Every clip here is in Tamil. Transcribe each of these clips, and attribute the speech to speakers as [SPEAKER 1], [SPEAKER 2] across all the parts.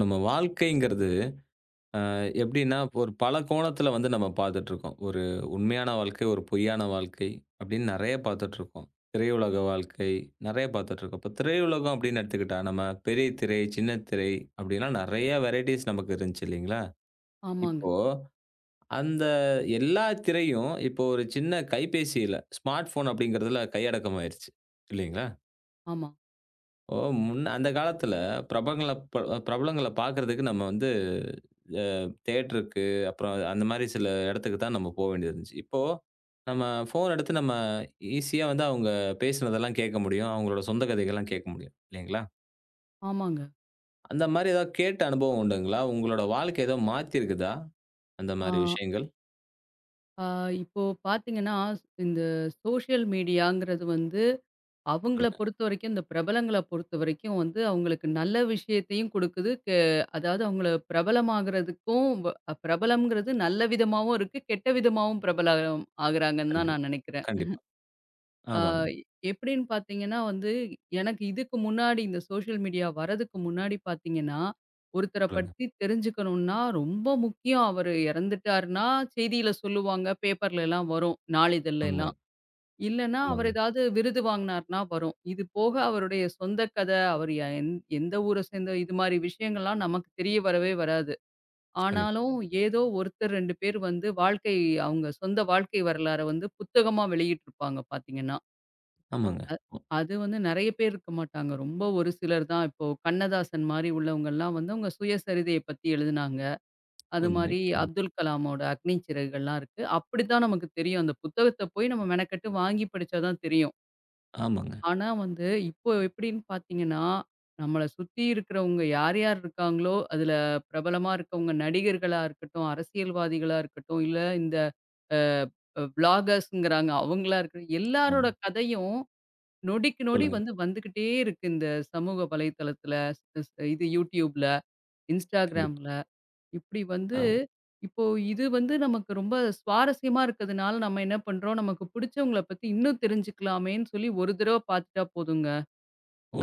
[SPEAKER 1] நம்ம வாழ்க்கைங்கிறது எப்படின்னா, ஒரு பல கோணத்தில வந்து நம்ம பார்த்துட்டுருக்கோம். ஒரு உண்மையான வாழ்க்கை, ஒரு பொய்யான வாழ்க்கை அப்படின்னு நெறைய பார்த்துட்டுருக்கோம். திரையுலக வாழ்க்கை நெறைய பார்த்துட்டுருக்கோம். இப்போ திரையுலகம் அப்படின்னு எடுத்துக்கிட்டா, நம்ம பெரிய திரை, சின்ன திரை அப்படிலாம் நெறைய வெரைட்டீஸ் நமக்கு இருந்துச்சு இல்லைங்களா?
[SPEAKER 2] ஆமாங்க.
[SPEAKER 1] இப்போ அந்த எல்லா திரையும் இப்போ ஒரு சின்ன கைபேசியில, ஸ்மார்ட் ஃபோன் அப்படிங்கிறதுல கையடக்கம் ஆயிருச்சு இல்லைங்களா?
[SPEAKER 2] ஆமா,
[SPEAKER 1] ஓ! முன்ன அந்த காலத்துல பிரபங்கள ப பிரபலங்கள பார்க்கறதுக்கு நம்ம வந்து அ தியேட்டருக்கு, அப்புறம் அந்த மாரி சில இடத்துக்கு தான் நம்ம போ வேண்டியது இருந்துச்சு. இப்போ நம்ம ஃபோன் எடுத்து நம்ம ஈஸியா வந்து அவங்க பேசினதெல்லாம் கேட்க முடியும். அவங்களோட சொந்த கதைகள்லாம் கேட்க முடியும். இல்லைங்களா?
[SPEAKER 2] ஆமாங்க.
[SPEAKER 1] அந்த மாரி ஏதாவது கேட்ட அனுபவம் உண்டுங்களா? உங்களோட வாழ்க்கை ஏதோ மாத்தியிருக்குதா? அந்த
[SPEAKER 2] ஆ,
[SPEAKER 1] மாரி விஷயங்கள்?
[SPEAKER 2] ஆ இப்போ பார்த்தீங்கன்னா, இந்த சோஷியல் மீடியாங்கிறது வந்து அவங்கள
[SPEAKER 1] சொல்லுங்க.
[SPEAKER 2] பொறுத்தவரைக்கும், இந்த பிரபலங்கள பொறுத்தவரைக்கும் வந்து அவங்களுக்கு நல்ல விஷயத்தையும் குடுக்குது. அதாவது அவங்கள பிரபலமாகறதுக்கும் வ பிரபலம்ங்கிறது நல்ல விதமாவும் இருக்கு, கெட்ட விதமாவும் பிரபலம் ஆகுறாங்கன்னு தான்
[SPEAKER 1] கண்டி
[SPEAKER 2] நான் நெனைக்கிறேன்.
[SPEAKER 1] கண்டிப்பா.
[SPEAKER 2] ஆ
[SPEAKER 1] ஆமாங்க.
[SPEAKER 2] எப்படின்னு பார்த்தீங்கன்னா வந்து, எனக்கு இதுக்கு முன்னாடி இந்த சோஷியல் மீடியா வரதுக்கு முன்னாடி பார்த்தீங்கன்னா, ஒருத்தர
[SPEAKER 1] சொல்லுங்க.
[SPEAKER 2] பத்தி தெரிஞ்சுக்கணும்னா ரொம்ப முக்கியம். அவரு இறந்துட்டாருன்னா செய்தியில சொல்லுவாங்க. பேப்பர்லலாம் வரும்.
[SPEAKER 1] உண்மை.
[SPEAKER 2] நாளிதழ்லலாம். இல்லன்னா, அவர்
[SPEAKER 1] ஆமாங்க.
[SPEAKER 2] ஏதாவது விருது வாங்குனாருன்னா வரும். இது போக அவருடைய சொந்த கதை, அவர் எந்த ஊர சேர்ந்த இது மாரி விஷயங்கள்லாம் நமக்கு தெரிய வரவே வராது.
[SPEAKER 1] கண்டிப்பா.
[SPEAKER 2] ஆனாலும் ஏதோ ஒருத்தர் 2 பேர் வந்து வாழ்க்கை அவங்க சொந்த வாழ்க்கை வரலாற வந்து புத்தகமா வெளியிட்டிருப்பாங்க பார்த்தீங்கன்னா.
[SPEAKER 1] ஆமாங்க.
[SPEAKER 2] அது வந்து நெறைய பேர் இருக்க மாட்டாங்க. ரொம்ப ஒரு சிலர் தான். இப்போ கண்ணதாசன் மாரி உள்ளவங்கலாம் வந்து அவங்க சுயசரிதைய பத்தி எழுதுனாங்க. அது
[SPEAKER 1] உண்மை.
[SPEAKER 2] மாரி
[SPEAKER 1] ம்.
[SPEAKER 2] அப்துல் கலாமோட அக்னி சிறகுகள்லாம் இருக்கு. அப்படித்தான் நமக்கு தெரியும். அந்த புத்தகத்த போய் நம்ம மெனக்கெட்டு வாங்கி படிச்சா தான் தெரியும்.
[SPEAKER 1] ஆமாங்க.
[SPEAKER 2] ஆனா வந்து இப்போ எப்படின்னு பார்த்தீங்கன்னா, நம்மள சுத்தி இருக்கிறவங்க யார் யார் இருக்காங்களோ, அதுல பிரபலமா இருக்கவங்க நடிகர்களா இருக்கட்டும், அரசியல்வாதிகளா இருக்கட்டும், இல்ல இந்த அ வ்ளாகர்ஸ்ங்கிறாங்க அவங்களா இருக்கட்டும், எல்லாரோட
[SPEAKER 1] ஆமாங்க.
[SPEAKER 2] கதையும் நொடிக்கு நொடி
[SPEAKER 1] சொல்லுங்க.
[SPEAKER 2] வந்து வந்துகிட்டே இருக்கு இந்த சமூக வலைத்தளத்துல, ஸ் ஸ் இது YouTubeல,
[SPEAKER 1] கண்டிப்பா.
[SPEAKER 2] Instagramல இப்படி வந்து
[SPEAKER 1] ஆ.
[SPEAKER 2] இப்போ இது வந்து நமக்கு ரொம்ப சுவாரஸ்யமா இருக்கிறதுனால நம்ம என்ன பண்றோம், நமக்கு பிடிச்சவங்கள பத்தி இன்னும் தெரிஞ்சுக்கலாமேன்னு சொல்லி ஒரு தடவ பார்த்துட்டா போதுங்க.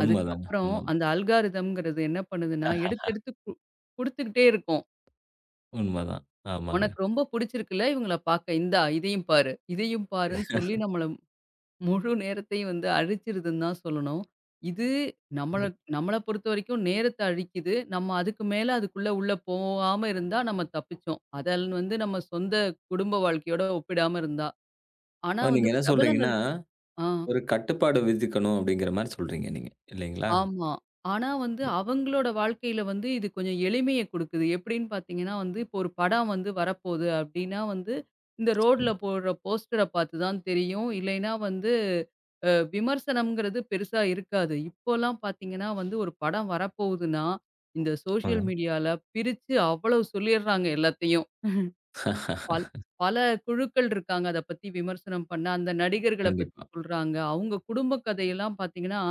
[SPEAKER 1] உண்மதாங்க.
[SPEAKER 2] அதுக்கப்புறம்
[SPEAKER 1] உண்மதான்,
[SPEAKER 2] அந்த அல்காரிதம்ங்கிறது என்ன பண்ணுதுன்னா, எடுத்து எடுத்து குடுத்துக்கிட்டே இருக்கும்.
[SPEAKER 1] உண்மதான். ஆமாங்க.
[SPEAKER 2] உனக்கு ரொம்ப பிடிச்சிருக்குல்ல இவங்கள பார்க்க, இந்தா இதையும் பாரு, இதையும் பாருன்னு சொல்லி நம்மள முழு நேரத்தையும் வந்து அழிச்சிருதுன்னு தான் சொல்லணும். இது நம்மள
[SPEAKER 1] கண்டிப்பா.
[SPEAKER 2] நம்மள பொறுத்தவரைக்கும் நேரத்த அழிக்குது. நம்ம அதுக்கு மேல அதுக்குள்ள உள்ள போகாம இருந்தா நம்ம தப்பிச்சோம். அதன் வந்து நம்ம சொந்த குடும்ப வாழ்க்கையோட ஒப்பிடாம இருந்தா. ஆனா
[SPEAKER 1] நீங்க
[SPEAKER 2] வந்து
[SPEAKER 1] என்ன சொல்றீங்கன்னா,
[SPEAKER 2] பிரபலங்கள் ஆ.
[SPEAKER 1] ஒரு கட்டுப்பாடு விதிக்கணும் அப்படிங்கிற மாரி சொல்றீங்க நீங்க. இல்லைங்களா?
[SPEAKER 2] ஆமா. ஆனா வந்து
[SPEAKER 1] கண்டிப்பா.
[SPEAKER 2] அவங்களோட வாழ்க்கையில வந்து இது கொஞ்சம் எளிமைய குடுக்குது. எப்படின்னு பார்த்தீங்கன்னா வந்து, இப்போ ஒரு படம் வந்து வரப்போகுது அப்படின்னா வந்து, இந்த ரோட்ல
[SPEAKER 1] சொல்லுங்க.
[SPEAKER 2] போடுற போஸ்டர பார்த்து தான் தெரியும். இல்லைன்னா வந்து விமர்சனம்ங்கிறது பெருசா இருக்காது. இப்போலாம் பார்த்தீங்கன்னா வந்து ஒரு படம் வரப்போகுதுன்னா, இந்த சோஷியல்
[SPEAKER 1] ஆங்க.
[SPEAKER 2] மீடியால பிரிச்சு அவ்வளவு சொல்லிடுறாங்க எல்லாத்தையும். பல் பல குழுக்கள் இருக்காங்க. அத பத்தி விமர்சனம் பண்ண. அந்த நடிகர்கள பத்தி
[SPEAKER 1] கண்டிப்பா.
[SPEAKER 2] சொல்றாங்க. அவங்க குடும்ப கதையெல்லாம் பார்த்தீங்கன்னா,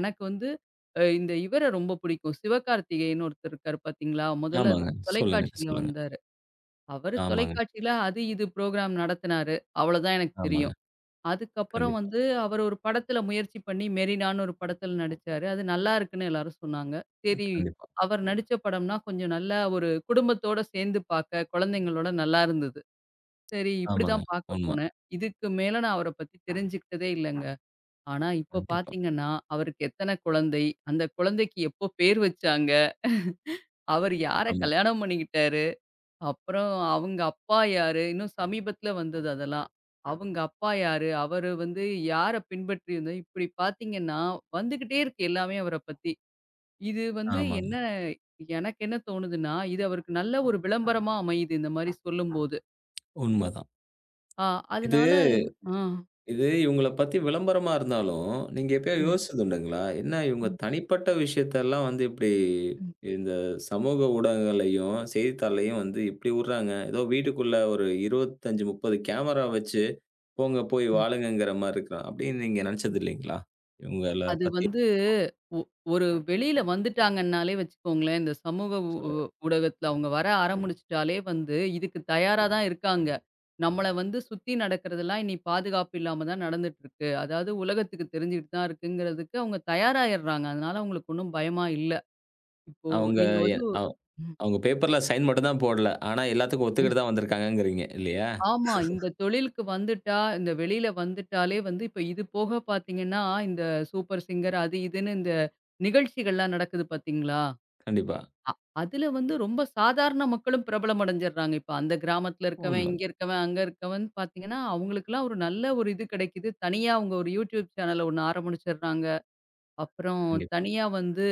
[SPEAKER 2] எனக்கு வந்து இந்த இவர ரொம்ப பிடிக்கும். சிவகார்த்திகேயன்னு ஒருத்தர் இருக்காரு பார்த்தீங்களா? முதல்ல
[SPEAKER 1] ஆமாங்க. சொல்லுங்க,
[SPEAKER 2] தொலைக்காட்சியில
[SPEAKER 1] சொல்லுங்க.
[SPEAKER 2] வந்தாரு. அவரு
[SPEAKER 1] ஆமாங்க,
[SPEAKER 2] தொலைக்காட்சியில அது இது ப்ரோகிராம் நடத்தினாரு. அவ்வளோதான் எனக்கு
[SPEAKER 1] ஆமாங்க.
[SPEAKER 2] தெரியும். அதுக்கப்புறம்
[SPEAKER 1] கண்டிப்பா,
[SPEAKER 2] வந்து அவர் ஒரு படத்தில முயற்சி பண்ணி மெரினான்னு ஒரு படத்தில நடிச்சாரு. அது நல்லா இருக்குன்னு எல்லாரும் சொன்னாங்க. சரி
[SPEAKER 1] கண்டிப்பா.
[SPEAKER 2] அவர் நடிச்ச படம்னா கொஞ்சம் நல்லா ஒரு குடும்பத்தோட சேர்ந்து பார்க்க குழந்தைங்களோட நல்லா இருந்தது. சரி,
[SPEAKER 1] ஆமாங்க.
[SPEAKER 2] இப்படிதான் பார்க்க
[SPEAKER 1] உண்ம.
[SPEAKER 2] போனேன். இதுக்கு மேல நான் அவர பத்தி தெரிஞ்சுக்கிட்டதே இல்லங்க. ஆனா இப்ப
[SPEAKER 1] கண்டிப்பா.
[SPEAKER 2] பார்த்தீங்கன்னா, அவருக்கு எத்தன குழந்தை, அந்த குழந்தைக்கு எப்போ பேர் வச்சாங்க, அவர் யார
[SPEAKER 1] ஆமா,
[SPEAKER 2] கல்யாணம் பண்ணிக்கிட்டாரு, அப்புறம் அவங்க அப்பா யாரு, இன்னும் சமீபத்தில வந்தது அதெல்லாம். அவங்க அப்பா யாரு, அவரு வந்து யார பின்பற்றி வந்து இப்படி பார்த்தீங்கன்னா, வந்துகிட்டே இருக்கு எல்லாமே அவர பத்தி. இது வந்து
[SPEAKER 1] ஆமாங்க.
[SPEAKER 2] என்ன எனக்கு என்ன தோணுதுன்னா, இது அவருக்கு நல்ல ஒரு விளம்பரமா அமையுது இந்த மாரி சொல்லும்போது.
[SPEAKER 1] உண்மதான்.
[SPEAKER 2] ஆ
[SPEAKER 1] இது
[SPEAKER 2] அதனால ஆ.
[SPEAKER 1] இது இவங்கள பத்தி விளம்பரமா இருந்தாலும், நீங்க எப்பயாவது
[SPEAKER 2] ம்.
[SPEAKER 1] யோசிச்சதுண்டுங்களா? என்ன இவங்க தனிப்பட்ட விஷயத்தெல்லாம் வந்து இப்படி
[SPEAKER 2] ம்,
[SPEAKER 1] இந்த சமூக ஊடகங்கள்லயும், செய்தித்தாள்லயும் வந்து இப்படி உடுறாங்க. ஏதோ வீட்டுக்குள்ள ஒரு 25, 30 கேமரா வச்சு, போங்க போய்
[SPEAKER 2] ம்.
[SPEAKER 1] வாழுங்கங்கிற மாரி இருக்கிறான். அப்படின்னு நீங்க நெனச்சது இல்லைங்களா? இவங்கள
[SPEAKER 2] அது
[SPEAKER 1] பத்தி
[SPEAKER 2] வந்து ஒ ஒரு வெளியில வந்துட்டாங்கன்னாலே வச்சுக்கோங்களேன், இந்த சமூக ஊ ஊ
[SPEAKER 1] சொல்லுங்க.
[SPEAKER 2] ஊடகத்துல அவங்க வர ஆரம்பிச்சுட்டாலே வந்து இதுக்கு தயாரா தான் இருக்காங்க. நம்மள வந்து சுத்தி நடக்கிறதெல்லாம் இனி பாதுகாப்பு இல்லாம தான் நடந்துட்டு இருக்கு. அதாவது உலகத்துக்கு தெரிஞ்சுகிட்டு தான் இருக்குங்கிறதுக்கு அவங்க தயாராயிடுறாங்க. அதனால அவங்களுக்கு ஒண்ணும் பயமா இல்ல. இப்போ
[SPEAKER 1] அவங்க
[SPEAKER 2] நீங்க
[SPEAKER 1] எ
[SPEAKER 2] வந்து
[SPEAKER 1] அவ்
[SPEAKER 2] ம்.
[SPEAKER 1] அவங்க பேப்பர்ல சைன் மட்டும் தான் போடல. ஆனா எல்லாத்துக்கும் ஒத்துக்கிட்டு தான் வந்திருக்காங்கங்கிறீங்க இல்லையா?
[SPEAKER 2] ஆமா. இந்த தொழிலுக்கு வந்துட்டா, இந்த வெளியில வந்துட்டாலே வந்து இப்ப இது போக பார்த்தீங்கன்னா, இந்த சூப்பர் சிங்கர் அது இதுன்னு இந்த நிகழ்ச்சிகள்லாம் நடக்குது பார்த்தீங்களா?
[SPEAKER 1] கண்டிப்பா.
[SPEAKER 2] அ அதுல வந்து ரொம்ப சாதாரண மக்களும் பிரபலம் அடைஞ்சடுறாங்க. இப்ப அந்த கிராமத்துல இருக்கவன்,
[SPEAKER 1] உண்ம.
[SPEAKER 2] இங்க இருக்கவன், அங்க இருக்கவன் பார்த்தீங்கன்னா, அவங்களுக்கெல்லாம் ஒரு நல்ல ஒரு இது கிடைக்குது. தனியா அவங்க ஒரு யூடியூப் சேனல் ஒண்ணு ஆரம்பிச்சடுறாங்க. அப்புறம்
[SPEAKER 1] கண்டிப்பா.
[SPEAKER 2] தனியா வந்து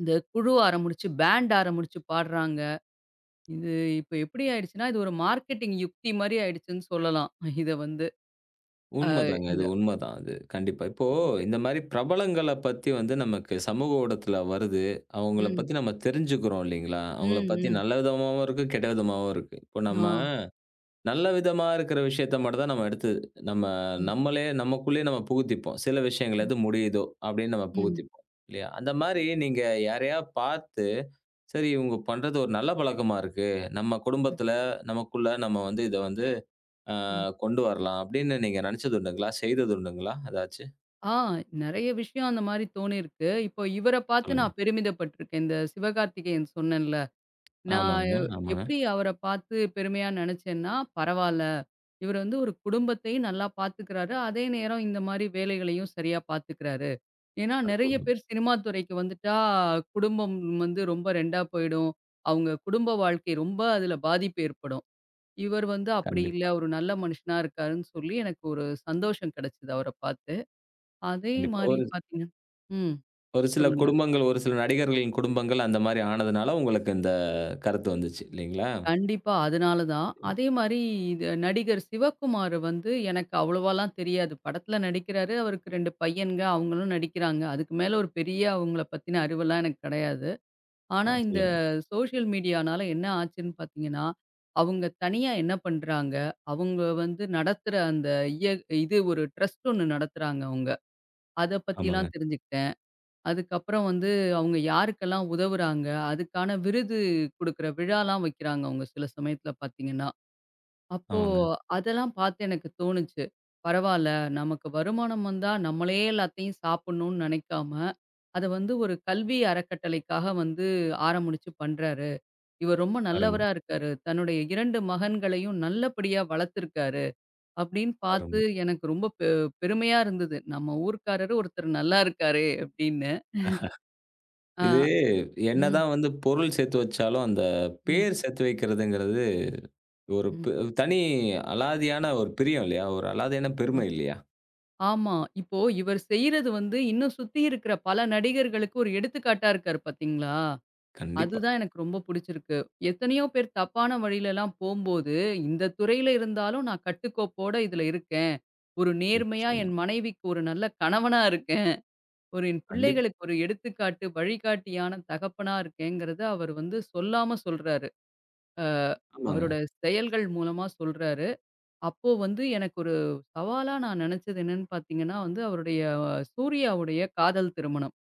[SPEAKER 2] இந்த குழு ஆரம்பிச்சு, பேண்ட் ஆரம்பிச்சு பாடுறாங்க. இது இப்ப எப்படி ஆயிடுச்சுன்னா, இது ஒரு மார்க்கெட்டிங் யுக்தி மாரி ஆயிடுச்சுன்னு சொல்லலாம். இத வந்து அ
[SPEAKER 1] உண்மதாங்க.
[SPEAKER 2] இந்த
[SPEAKER 1] அது உண்மதான் அது. கண்டிப்பா. இப்போ இந்த மாரி பிரபலங்கள பத்தி வந்து நமக்கு சமூக ஊடகத்துல வருது. அவங்கள
[SPEAKER 2] ம்,
[SPEAKER 1] பத்தி நம்ம தெரிஞ்சுக்கிறோம் இல்லைங்களா? அவங்கள
[SPEAKER 2] ம்,
[SPEAKER 1] பத்தி
[SPEAKER 2] ம்.
[SPEAKER 1] நல்ல விதமாவும் இருக்கு, கெட்ட விதமாவும் இருக்கு. இப்போ
[SPEAKER 2] ஆ.
[SPEAKER 1] நம்ம நல்ல விதமா இருக்கிற விஷயத்த மட்டும் தான் நம்ம எடுத்து நம்ம
[SPEAKER 2] ம்,
[SPEAKER 1] நம்மளே நமக்குள்ளேயே நம்ம புகுத்திப்போம். சில விஷயங்கள்
[SPEAKER 2] ம்,
[SPEAKER 1] எது முடியுதோ அப்படின்னு நம்ம
[SPEAKER 2] ம்,
[SPEAKER 1] புகுத்திப்போம் இல்லையா? அந்த மாரி நீங்க யாரையா பார்த்து, சரி இவங்க பண்றது ஒரு நல்ல பழக்கமா இருக்கு. நம்ம குடும்பத்துல, நமக்குள்ள நம்ம வந்து இத வந்து ஆ
[SPEAKER 2] ம்.
[SPEAKER 1] கொண்டு வரலாம் அப்படின்னு நீங்க நினைச்சது உண்டுங்களா? செய்தது உண்டுங்களா? ஏதாச்சு
[SPEAKER 2] ஆ நெறைய விஷயம் அந்த மாரி தோணியிருக்கு. இப்போ இவர பார்த்து
[SPEAKER 1] சொல்லுங்க.
[SPEAKER 2] நான் பெருமிதப்பட்டுருக்கேன். இந்த சிவகார்த்திகேயன் சொன்னேன்ல. நான்
[SPEAKER 1] ஆமாங்க, ஆமாங்க.
[SPEAKER 2] எப்படி அவர பார்த்து பெருமையா நெனச்சேன்னா, பரவால்ல. இவரு வந்து ஒரு குடும்பத்தையும் நல்லா பார்த்துக்கிறாரு. அதே நேரம் இந்த மாரி வேலைகளையும் சரியா பார்த்துக்கிறாரு. ஏன்னா நெறைய
[SPEAKER 1] அற்புதம்.
[SPEAKER 2] பேர் சினிமா துறைக்கு வந்துட்டா, குடும்பம் வந்து ரொம்ப 2ஆ போயிடும். அவங்க குடும்ப வாழ்க்கை ரொம்ப அதுல பாதிப்பு ஏற்படும். இவர் வந்து அப்படி இல்ல.
[SPEAKER 1] கண்டிப்பா,
[SPEAKER 2] ஒரு நல்ல மனுஷனா இருக்காருன்னு சொல்லி எனக்கு ஒரு சந்தோஷம் கெடைச்சது அவர பார்த்து. அதே
[SPEAKER 1] கண்டிப்பா.
[SPEAKER 2] மாரி
[SPEAKER 1] ஒரு
[SPEAKER 2] பார்த்தீங்க ம்.
[SPEAKER 1] ஒரு சில
[SPEAKER 2] சொல்லுங்க.
[SPEAKER 1] குடும்பங்கள், ஒரு சில நடிகர்களின் குடும்பங்கள் அந்த மாரி ஆனதுனால உங்களுக்கு இந்த கருத்து வந்துச்சு இல்லைங்களா?
[SPEAKER 2] கண்டிப்பா. அதனால தான். அதே மாரி இது நடிகர் சிவகுமார் வந்து எனக்கு அவ்வளவாலாம் தெரியாது. படத்துல நடிக்கிறாரு. அவருக்கு 2 பையன்ங்க. அவங்களும் நடிக்கிறாங்க. அதுக்கு மேல ஒரு பெரிய அவங்கள பத்தின அறிவெல்லாம் எனக்கு கிடையாது.
[SPEAKER 1] ஆ
[SPEAKER 2] ஆனா இந்த
[SPEAKER 1] சொல்லுங்க.
[SPEAKER 2] சோஷியல் மீடியானால என்ன ஆச்சுன்னு பார்த்தீங்கன்னா, அவங்க தனியா என்ன பண்றாங்க, அவங்க வந்து நடத்துற அந்த இய இது ஒரு ட்ரஸ்ட் ஒண்ணு நடத்துறாங்க அவங்க. அத
[SPEAKER 1] ஆமாங்க,
[SPEAKER 2] பத்திலாம் தெரிஞ்சுக்கிட்டேன். அதுக்கப்புறம் வந்து அவங்க யாருக்கெல்லாம் உதவுறாங்க, அதுக்கான விருது குடுக்குற விழாலாம் வைக்கிறாங்க அவங்க சில சமயத்துல பார்த்தீங்கன்னா. அப்போ
[SPEAKER 1] ஆமாங்க.
[SPEAKER 2] அதெல்லாம் பார்த்து எனக்கு தோணுச்சு. பரவால்ல நமக்கு வருமானம் வந்தா நம்மளே எல்லாத்தையும் சாப்பிடணும்னு நெனைக்காம, அத வந்து ஒரு கல்வி அறக்கட்டளைக்காக வந்து ஆரம்பிச்சு பண்றாரு. இவர் ரொம்ப
[SPEAKER 1] அருமை,
[SPEAKER 2] நல்லவரா இருக்காரு. தன்னுடைய 2 மகன்களையும் நல்லபடியா வளர்த்துருக்காரு. அப்படின்னு பார்த்து
[SPEAKER 1] அருமை.
[SPEAKER 2] எனக்கு ரொம்ப பெருமையா இருந்தது. நம்ம ஊர்க்காரரு ஒருத்தர் நல்லா இருக்காரே! அப்படின்னு. அ.
[SPEAKER 1] இது
[SPEAKER 2] ம்.
[SPEAKER 1] என்னதான் வந்து பொருள் சேர்த்து வச்சாலும், அந்த
[SPEAKER 2] ம்,
[SPEAKER 1] பேர் சேர்த்து வைக்கிறதுங்கிறது ஒரு
[SPEAKER 2] ம்.
[SPEAKER 1] ப தனி அலாதியான ஒரு பிரியம் இல்லையா? ஒரு அலாதியான
[SPEAKER 2] அ
[SPEAKER 1] பெருமை இல்லையா?
[SPEAKER 2] ஆமா. இப்போ இவர் செய்றது வந்து, இன்னும் சுத்தி இருக்கிற பல நடிகர்களுக்கு ஒரு எடுத்துக்காட்டா இருக்காரு பார்த்தீங்களா?
[SPEAKER 1] கண்டிப்பா.
[SPEAKER 2] அதுதான் எனக்கு ரொம்ப புடிச்சிருக்கு. எத்தனையோ பேர் தப்பான வழியிலலாம் போம்போது, இந்த துறையில இருந்தாலும் நான் கட்டுக்கோப்போட இதுல இருக்கேன். ஒரு நேர்மையா
[SPEAKER 1] நிச்சயமா.
[SPEAKER 2] என் மனைவிக்கு ஒரு நல்ல கணவனா இருக்கேன். ஒரு என்
[SPEAKER 1] கண்டிப்பா.
[SPEAKER 2] பிள்ளைகளுக்கு ஒரு எடுத்துக்காட்டு, வழிகாட்டியான தகப்பனா இருக்கேங்கிறத அவர் வந்து சொல்லாம சொல்றாரு. அ
[SPEAKER 1] ஆமாங்க.
[SPEAKER 2] அவரோட செயல்கள் மூலமா சொல்றாரு. அப்போ வந்து எனக்கு ஒரு சவாலா நான் நினைச்சது என்னன்னு பார்த்தீங்கன்னா வந்து, அவருடைய சூர்யாவுடைய காதல் திருமணம்.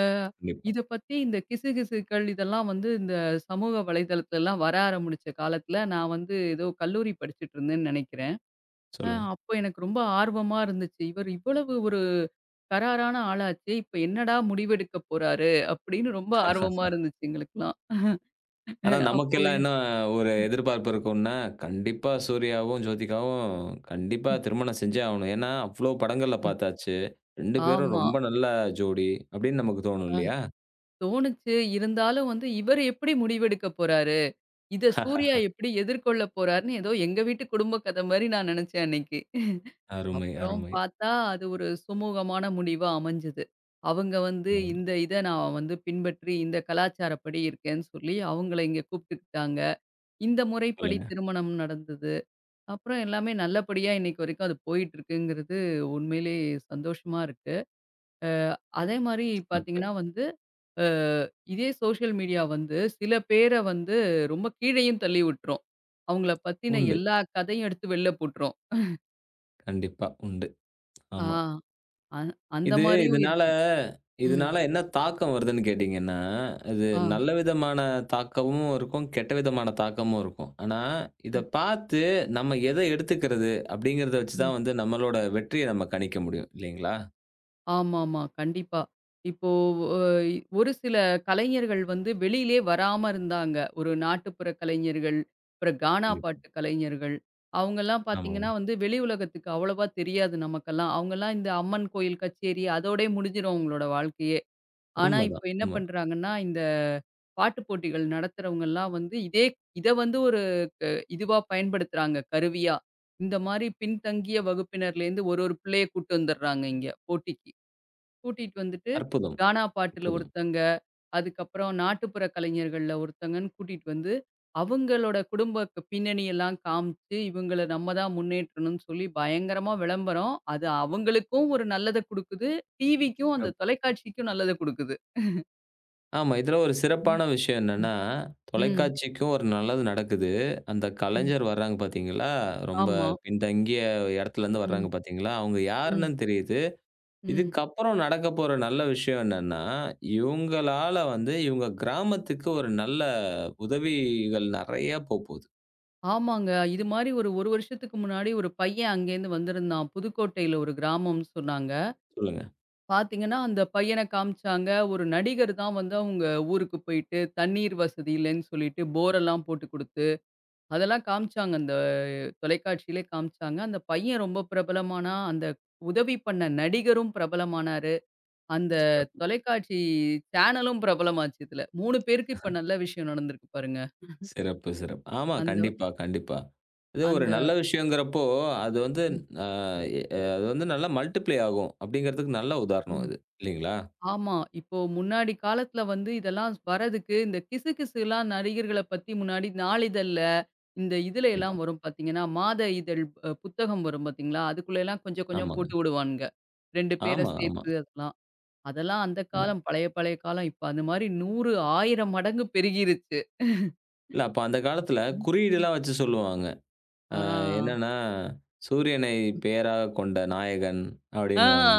[SPEAKER 2] அ
[SPEAKER 1] கண்டிப்பா.
[SPEAKER 2] இத பத்தி இந்த கிசுகிசுக்கள் இதெல்லாம் வந்து இந்த சமூக வலைதளத்துலலாம் வர ஆரம்பிச்ச காலத்துல, நான் வந்து ஏதோ கல்லூரி படிச்சுட்டு இருந்தேன்னு நெனைக்கிறேன்.
[SPEAKER 1] சொல்லுங்க.
[SPEAKER 2] அப்போ எனக்கு ரொம்ப ஆர்வமா இருந்துச்சு. இவர் இவ்வளவு ஒரு கராரான ஆளாச்சே, இப்ப என்னடா முடிவெடுக்க போறாரு? அப்படின்னு ரொம்ப ஆர்வமா இருந்துச்சு எங்களுக்கெல்லாம். அ
[SPEAKER 1] ஆனா,
[SPEAKER 2] அப்போ
[SPEAKER 1] நமக்கெல்லாம்
[SPEAKER 2] எ
[SPEAKER 1] என்ன ஒரு எதிர்பார்ப்பு இருக்கும்னா, கண்டிப்பா சூர்யாவும், ஜோதிகாவும் கண்டிப்பா
[SPEAKER 2] ம்
[SPEAKER 1] திருமணம் செஞ்சே ஆவணும். ஏன்னா, அவ்ளோ படங்கள்ல பார்த்தாச்சு. 2 பேரும்
[SPEAKER 2] ஆமா.
[SPEAKER 1] ரொம்ப நல்ல ஜோடி அப்படின்னு நமக்கு தோணும்
[SPEAKER 2] அ
[SPEAKER 1] இல்லையா?
[SPEAKER 2] தோணுச்சு. இருந்தாலும் வந்து இவர் எப்படி முடிவெடுக்க போறாரு? இத சூர்யா எப்படி எதிர்கொள்ள போறார்ன்னு ஏதோ எங்க வீட்டு குடும்ப கதை மாரி நான் நினைச்சேன் அன்னைக்கு.
[SPEAKER 1] அருமை,
[SPEAKER 2] அப்புறம்
[SPEAKER 1] அருமை.
[SPEAKER 2] பார்த்தா அது ஒரு சுமூகமான முடிவா அமைஞ்சது. அவங்க வந்து
[SPEAKER 1] அருமை.
[SPEAKER 2] இந்த இத நான் வந்து பின்பற்றி இந்த கலாச்சாரப்படி இருக்கேன்னு சொல்லி அவங்கள இங்க கூப்பிட்டுக்கிட்டாங்க. இந்த முறைப்படி
[SPEAKER 1] சொல்லுங்க.
[SPEAKER 2] திருமணம் நடந்தது. அப்புறம் எல்லாமே நல்லபடியா இன்னைக்கு வரைக்கும் அது போயிட்டு இருக்குங்கிறது உண்மையிலேயே சந்தோஷமா இருக்கு. அதே மாரி பார்த்தீங்கன்னா வந்து அ இதே சோஷியல் மீடியா வந்து சில பேர வந்து ரொம்ப கீழயும் தள்ளி விட்டுரும். அவங்கள பத்தின
[SPEAKER 1] உண்டு.
[SPEAKER 2] எல்லா கதையும் எடுத்து வெளில போட்டுரும்.
[SPEAKER 1] கண்டிப்பா உண்டு.
[SPEAKER 2] ஆ
[SPEAKER 1] ஆமா.
[SPEAKER 2] அந் அந்த
[SPEAKER 1] இது
[SPEAKER 2] மாரியும்
[SPEAKER 1] இதனால
[SPEAKER 2] இருக்கு. ம்.
[SPEAKER 1] இதனால என்ன தாக்கம் வருதுன்னு கேட்டீங்கன்னா, இது
[SPEAKER 2] ஆ.
[SPEAKER 1] நல்ல விதமான தாக்கமும் இருக்கும், கெட்ட விதமான தாக்கமும் இருக்கும். ஆனா, இத
[SPEAKER 2] ம்.
[SPEAKER 1] பார்த்து நம்ம எத எடுத்துக்கிறது அப்படிங்கிறத வச்சு
[SPEAKER 2] ம்.
[SPEAKER 1] தான் வந்து நம்மளோட வெற்றிய நம்ம கணிக்க முடியும் இல்லைங்களா?
[SPEAKER 2] ஆமாமா. கண்டிப்பா. இப்போ அ ஒரு சில கலைஞர்கள் வந்து வெளியிலே வராம இருந்தாங்க. ஒரு நாட்டுப்புற கலைஞர்கள், அப்புறம் கானா
[SPEAKER 1] கண்டிப்பா.
[SPEAKER 2] பாட்டு கலைஞர்கள். அவங்கலாம் பார்த்தீங்கன்னா
[SPEAKER 1] ஆமாங்க.
[SPEAKER 2] வந்து வெளி உலகத்துக்கு அவ்வளவா தெரியாது நமக்கெல்லாம். அவங்கலாம் இந்த அம்மன் கோயில் கச்சேரி அதோடயே முடிஞ்சிரும் அவங்களோட வாழ்க்கையே. ஆனா, இப்ப
[SPEAKER 1] உண்மதான்,
[SPEAKER 2] என்ன
[SPEAKER 1] உண்மதான்.
[SPEAKER 2] பண்றாங்கன்னா, இந்த பாட்டு போட்டிகள் நடத்துறவங்கலாம் வந்து இதே இத வந்து ஒரு க இதுவா பயன்படுத்துறாங்க, கருவியா. இந்த மாரி பின்தங்கிய வகுப்பினர்லேருந்து ஒரு ஒரு பிள்ளைய கூட்டு வந்துடுறாங்க இங்க போட்டிக்கு. கூட்டிட்டு வந்துட்டு
[SPEAKER 1] அற்புதம்,
[SPEAKER 2] கானா பாட்டுல
[SPEAKER 1] அற்புதம்.
[SPEAKER 2] ஒருத்தங்க, அதுக்கப்புறம் நாட்டுப்புற கலைஞர்கள்ல ஒருத்தங்கன்னு கூட்டிட்டு வந்து, அவங்களோட குடும்ப பின்னணியெல்லாம் காமிச்சு, இவங்கள நம்ம தான் முன்னேற்றணும்னு சொல்லி பயங்கரமா விளம்பரம். அது அவங்களுக்கும் ஒரு நல்லத குடுக்குது. டிவிக்கும் அந்த
[SPEAKER 1] சிறப்பு.
[SPEAKER 2] தொலைக்காட்சிக்கும் நல்லத குடுக்குது.
[SPEAKER 1] ஆமா, இதுல ஒரு சிறப்பான விஷயம் என்னன்னா,
[SPEAKER 2] ம்,
[SPEAKER 1] தொலைக்காட்சிக்கும் ஒரு நல்லது நடக்குது. அந்த
[SPEAKER 2] ம்.
[SPEAKER 1] கலைஞர் வர்றாங்க பார்த்தீங்களா? ரொம்ப
[SPEAKER 2] ஆமா.
[SPEAKER 1] பின்தங்கிய இடத்துலருந்து
[SPEAKER 2] ம்,
[SPEAKER 1] வர்றாங்க பார்த்தீங்களா? அவங்க
[SPEAKER 2] ம்,
[SPEAKER 1] யாருன்னு தெரியுது.
[SPEAKER 2] ம்.
[SPEAKER 1] இதுக்கப்புறம் நடக்க போற நல்ல விஷயம் என்னன்னா, இவங்களால வந்து இவங்க கிராமத்துக்கு ஒரு நல்ல உதவிகள் நெறைய போப்போது.
[SPEAKER 2] ஆமாங்க. இது மாரி ஒரு 1 வருஷத்துக்கு முன்னாடி ஒரு பையன் அங்கேருந்து வந்திருந்தான். புதுக்கோட்டையில ஒரு கிராமம்னு சொன்னாங்க.
[SPEAKER 1] சொல்லுங்க.
[SPEAKER 2] பார்த்தீங்கன்னா, அந்த பையன காமிச்சாங்க. ஒரு நடிகர் தான் வந்து அவங்க ஊருக்கு போயிட்டு தண்ணீர் வசதி இல்லன்னு சொல்லிட்டு போரெல்லாம் போட்டு குடுத்து, அதெல்லாம் காமிச்சாங்க. அந்த தொலைக்காட்சியிலே காமிச்சாங்க. அந்த பையன் ரொம்ப பிரபலமானா, அந்த உதவி பண்ண நடிகரும் பிரபலமானாரு. அந்த
[SPEAKER 1] சிறப்பு,
[SPEAKER 2] தொலைக்காட்சி சேனலும் பிரபலமாச்சு இதுல. 3 பேருக்கு இப்ப நல்ல விஷயம் நடந்திருக்கு பாருங்க.
[SPEAKER 1] சிறப்பு, சிறப்பு. ஆமா.
[SPEAKER 2] அந்த
[SPEAKER 1] கண்டிப்பா, கண்டிப்பா. இது ஒரு
[SPEAKER 2] அந்த
[SPEAKER 1] நல்ல விஷயங்கிறப்போ, அது வந்து
[SPEAKER 2] ம்,
[SPEAKER 1] அ அ அது வந்து நல்லா மல்டிப்ளை ஆகும் அப்படிங்கிறதுக்கு நல்ல உதாரணம்
[SPEAKER 2] ம்.
[SPEAKER 1] இது. இல்லைங்களா?
[SPEAKER 2] ஆமா. இப்போ முன்னாடி காலத்துல வந்து இதெல்லாம் வரதுக்கு இந்த கிசுகிசுலாம் நடிகர்கள பத்தி முன்னாடி நாளிதழ்ல, இந்த இதுல எல்லாம்
[SPEAKER 1] கண்டிப்பா.
[SPEAKER 2] வரும் பாத்தீங்கன்னா, மாத இதழ் புத்தகம் வரும் பாத்தீங்களா? அதுக்குள்ள எல்லாம் கொஞ்சம் கொஞ்சம்
[SPEAKER 1] ஆமாங்க.
[SPEAKER 2] போட்டு விடுவானுங்க. 2 பேர
[SPEAKER 1] ஆமா, ஆமா,
[SPEAKER 2] சேர்த்து அதெல்லாம். அதெல்லாம் அந்த
[SPEAKER 1] ஆமா.
[SPEAKER 2] காலம் பழைய பழைய காலம். இப்ப அந்த மாரி 100, 1000 மடங்கு பெருகிருச்சு.
[SPEAKER 1] இல்ல அப்ப அந்த காலத்துல
[SPEAKER 2] ம்.
[SPEAKER 1] குறியீடுலாம் வச்சு சொல்லுவாங்க.
[SPEAKER 2] ஆ,
[SPEAKER 1] என்னன்னா, "சூரியனை பெயராகக் கொண்ட நாயகன்"
[SPEAKER 2] ஆ.
[SPEAKER 1] அப்படின்னுவாங்க.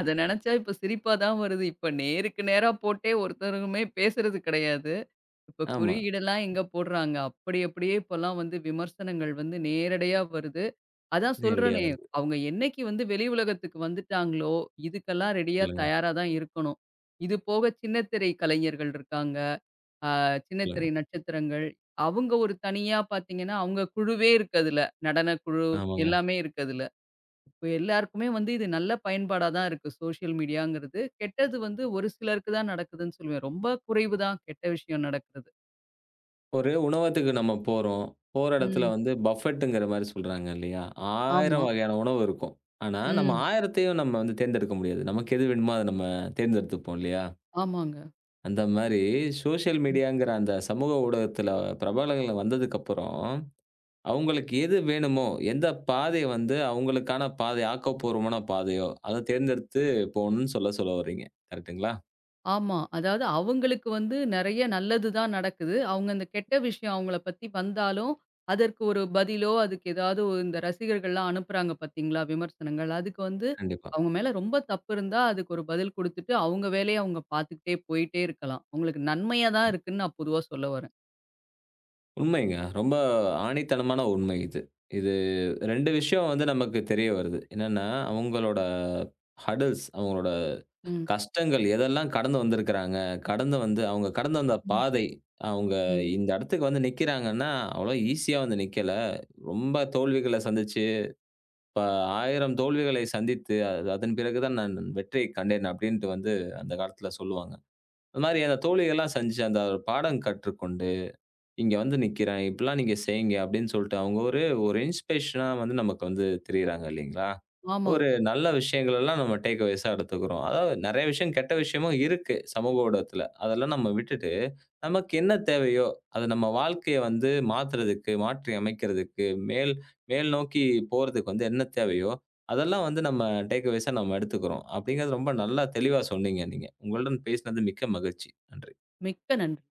[SPEAKER 2] அத நெனச்சா இப்ப சிரிப்பா தான் வருது. இப்ப நேருக்கு நேரா போட்டே ஒருத்தருமே பேசுறது கிடையாது. இப்ப
[SPEAKER 1] ஆமா.
[SPEAKER 2] குறியீடெல்லாம் எங்க போடுறாங்க. அப்படி அப்படியே இப்பலாம் வந்து விமர்சனங்கள் வந்து நேரடையா வருது. அதான்
[SPEAKER 1] நேரடியா
[SPEAKER 2] சொல்றேனே,
[SPEAKER 1] வருது.
[SPEAKER 2] அவங்க என்னைக்கு வந்து வெளி உலகத்துக்கு வந்துட்டாங்களோ, இதுக்கெல்லாம் ரெடியா
[SPEAKER 1] சொல்லுங்க,
[SPEAKER 2] தயாரா தான் இருக்கணும். இது போக சின்ன திரை கலைஞர்கள் இருக்காங்க. அ சின்ன
[SPEAKER 1] சொல்லுங்க.
[SPEAKER 2] திரை நட்சத்திரங்கள். அவங்க ஒரு தனியா பார்த்தீங்கன்னா, அவங்க குழுவே இருக்கு அதுல. நடனக் குழு
[SPEAKER 1] ஆமாங்க.
[SPEAKER 2] எல்லாமே இருக்கு அதுல. இப்ப எல்லாருக்குமே வந்து இது நல்ல பயன்பாடா தான் இருக்கு. சோஷியல் மீடியாங்கிறது. கெட்டது வந்து ஒரு சிலருக்கு தான் நடக்குதுன்னு சொல்லுவேன். ரொம்ப குறைவு தான் கெட்ட விஷயம் நடக்கிறது.
[SPEAKER 1] ஒரு உணவகத்துக்கு நம்ம போறோம். போற இடத்துல
[SPEAKER 2] ம்.
[SPEAKER 1] வந்து பஃபெட்டுங்கிற மாரி சொல்றாங்க இல்லையா?
[SPEAKER 2] ஆமா.
[SPEAKER 1] 1000 வகையான உணவு இருக்கும். ஆனா, நம்ம
[SPEAKER 2] ம்.
[SPEAKER 1] 1000த்தையும் நம்ம வந்து தேர்ந்தெடுக்க முடியாது. நமக்கு எது வேணுமோ அத நம்ம தேர்ந்தெடுத்துப்போம் இல்லையா?
[SPEAKER 2] ஆமாங்க.
[SPEAKER 1] அந்த மாரி சோசியல் மீடியாங்கிற அந்த சமூக ஊடகத்தில பிரபலங்கள் வந்ததுக்கப்புறம், அவங்களுக்கு எது வேணுமோ, எந்த பாதை வந்து அவங்களுக்கான பாதை, ஆக்கப்பூர்வமான பாதையோ, அத தேர்ந்தெடுத்து போணும்னு சொல்ல சொல்ல வர்றீங்க. கரெக்ட்டுங்களா?
[SPEAKER 2] ஆமா. அதாவது அவங்களுக்கு வந்து நெறைய நல்லது தான் நடக்குது. அவங்க அந்த கெட்ட விஷயம் அவங்கள பத்தி வந்தாலும், அதற்கு ஒரு பதிலோ, அதுக்கு ஏதாவது ஒரு இந்த ரசிகர்கள்லாம் அனுப்புறாங்க பார்த்தீங்களா? விமர்சனங்கள். அதுக்கு வந்து
[SPEAKER 1] கண்டிப்பா.
[SPEAKER 2] அவங்க மேல ரொம்ப தப்பு இருந்தா, அதுக்கு ஒரு பதில் குடுத்துட்டு, அவங்க வேலைய அவங்க பார்த்துக்கிட்டே போயிட்டே இருக்கலாம். அவங்களுக்கு நன்மையா தான் இருக்குன்னு நான் பொதுவா சொல்ல வரேன்.
[SPEAKER 1] உண்மைங்க. ரொம்ப ஆணித்தனமான உண்மை இது. இது 2 விஷயம் வந்து நமக்கு தெரிய வருது. என்னன்னா, அவங்களோட ஹர்டில்ஸ் அவங்களோட
[SPEAKER 2] ம்.
[SPEAKER 1] கஷ்டங்கள் எதெல்லாம் கடந்து வந்திருக்கிறாங்க. கடந்து வந்து அவங்க கடந்து வந்த
[SPEAKER 2] ம்.
[SPEAKER 1] பாதை, அவங்க
[SPEAKER 2] ம்.
[SPEAKER 1] இந்த இடத்துக்கு வந்து நிக்கிறாங்கன்னா, அவ்வளோ ஈஸியா வந்து நிக்கல. ரொம்ப தோல்விகள சந்திச்சு, இப்ப 1000 தோல்விகளை சந்தித்து, அது அதன் பிறகு தான் நான் வெற்றியை கண்டேன் அப்படின்ட்டு வந்து அந்த காலத்துல சொல்லுவாங்க. அது மாரி அந்த தோல்விகள்லாம் சந்திச்சு அந்த ஒரு பாடம் கற்றுக்கொண்டு இங்க வந்து நிக்கிறேன். இப்படிலாம் நீங்க செய்யுங்க அப்படின்னு சொல்லிட்டு, அவங்க ஒரு ஒரு இன்ஸ்பிரேஷனா வந்து நமக்கு வந்து திரியிறாங்க இல்லைங்களா? ஒரு
[SPEAKER 2] ஆமாங்க.
[SPEAKER 1] நல்ல விஷயங்கள் எல்லாம் நம்ம டேக் அவேஸா எடுத்துக்கிறோம். அதாவது நெறைய விஷயம், கெட்ட விஷயமும் இருக்கு சமூக ஊடகத்துல. அதெல்லாம் நம்ம விட்டுட்டு, நமக்கு என்ன தேவையோ, அத நம்ம வாழ்க்கைய வந்து மாத்துறதுக்கு, மாற்றி அமைக்கிறதுக்கு, மேல் மேல் நோக்கி போறதுக்கு வந்து என்ன தேவையோ, அதெல்லாம் வந்து நம்ம டேக் அவேஸா நம்ம எடுத்துக்கிறோம். அப்படிங்கிறது ரொம்ப நல்லா தெளிவா சொன்னீங்க நீங்க. உங்களுடன் பேசினது மிக்க மகிழ்ச்சி. நன்றி.
[SPEAKER 2] மிக்க நன்றி.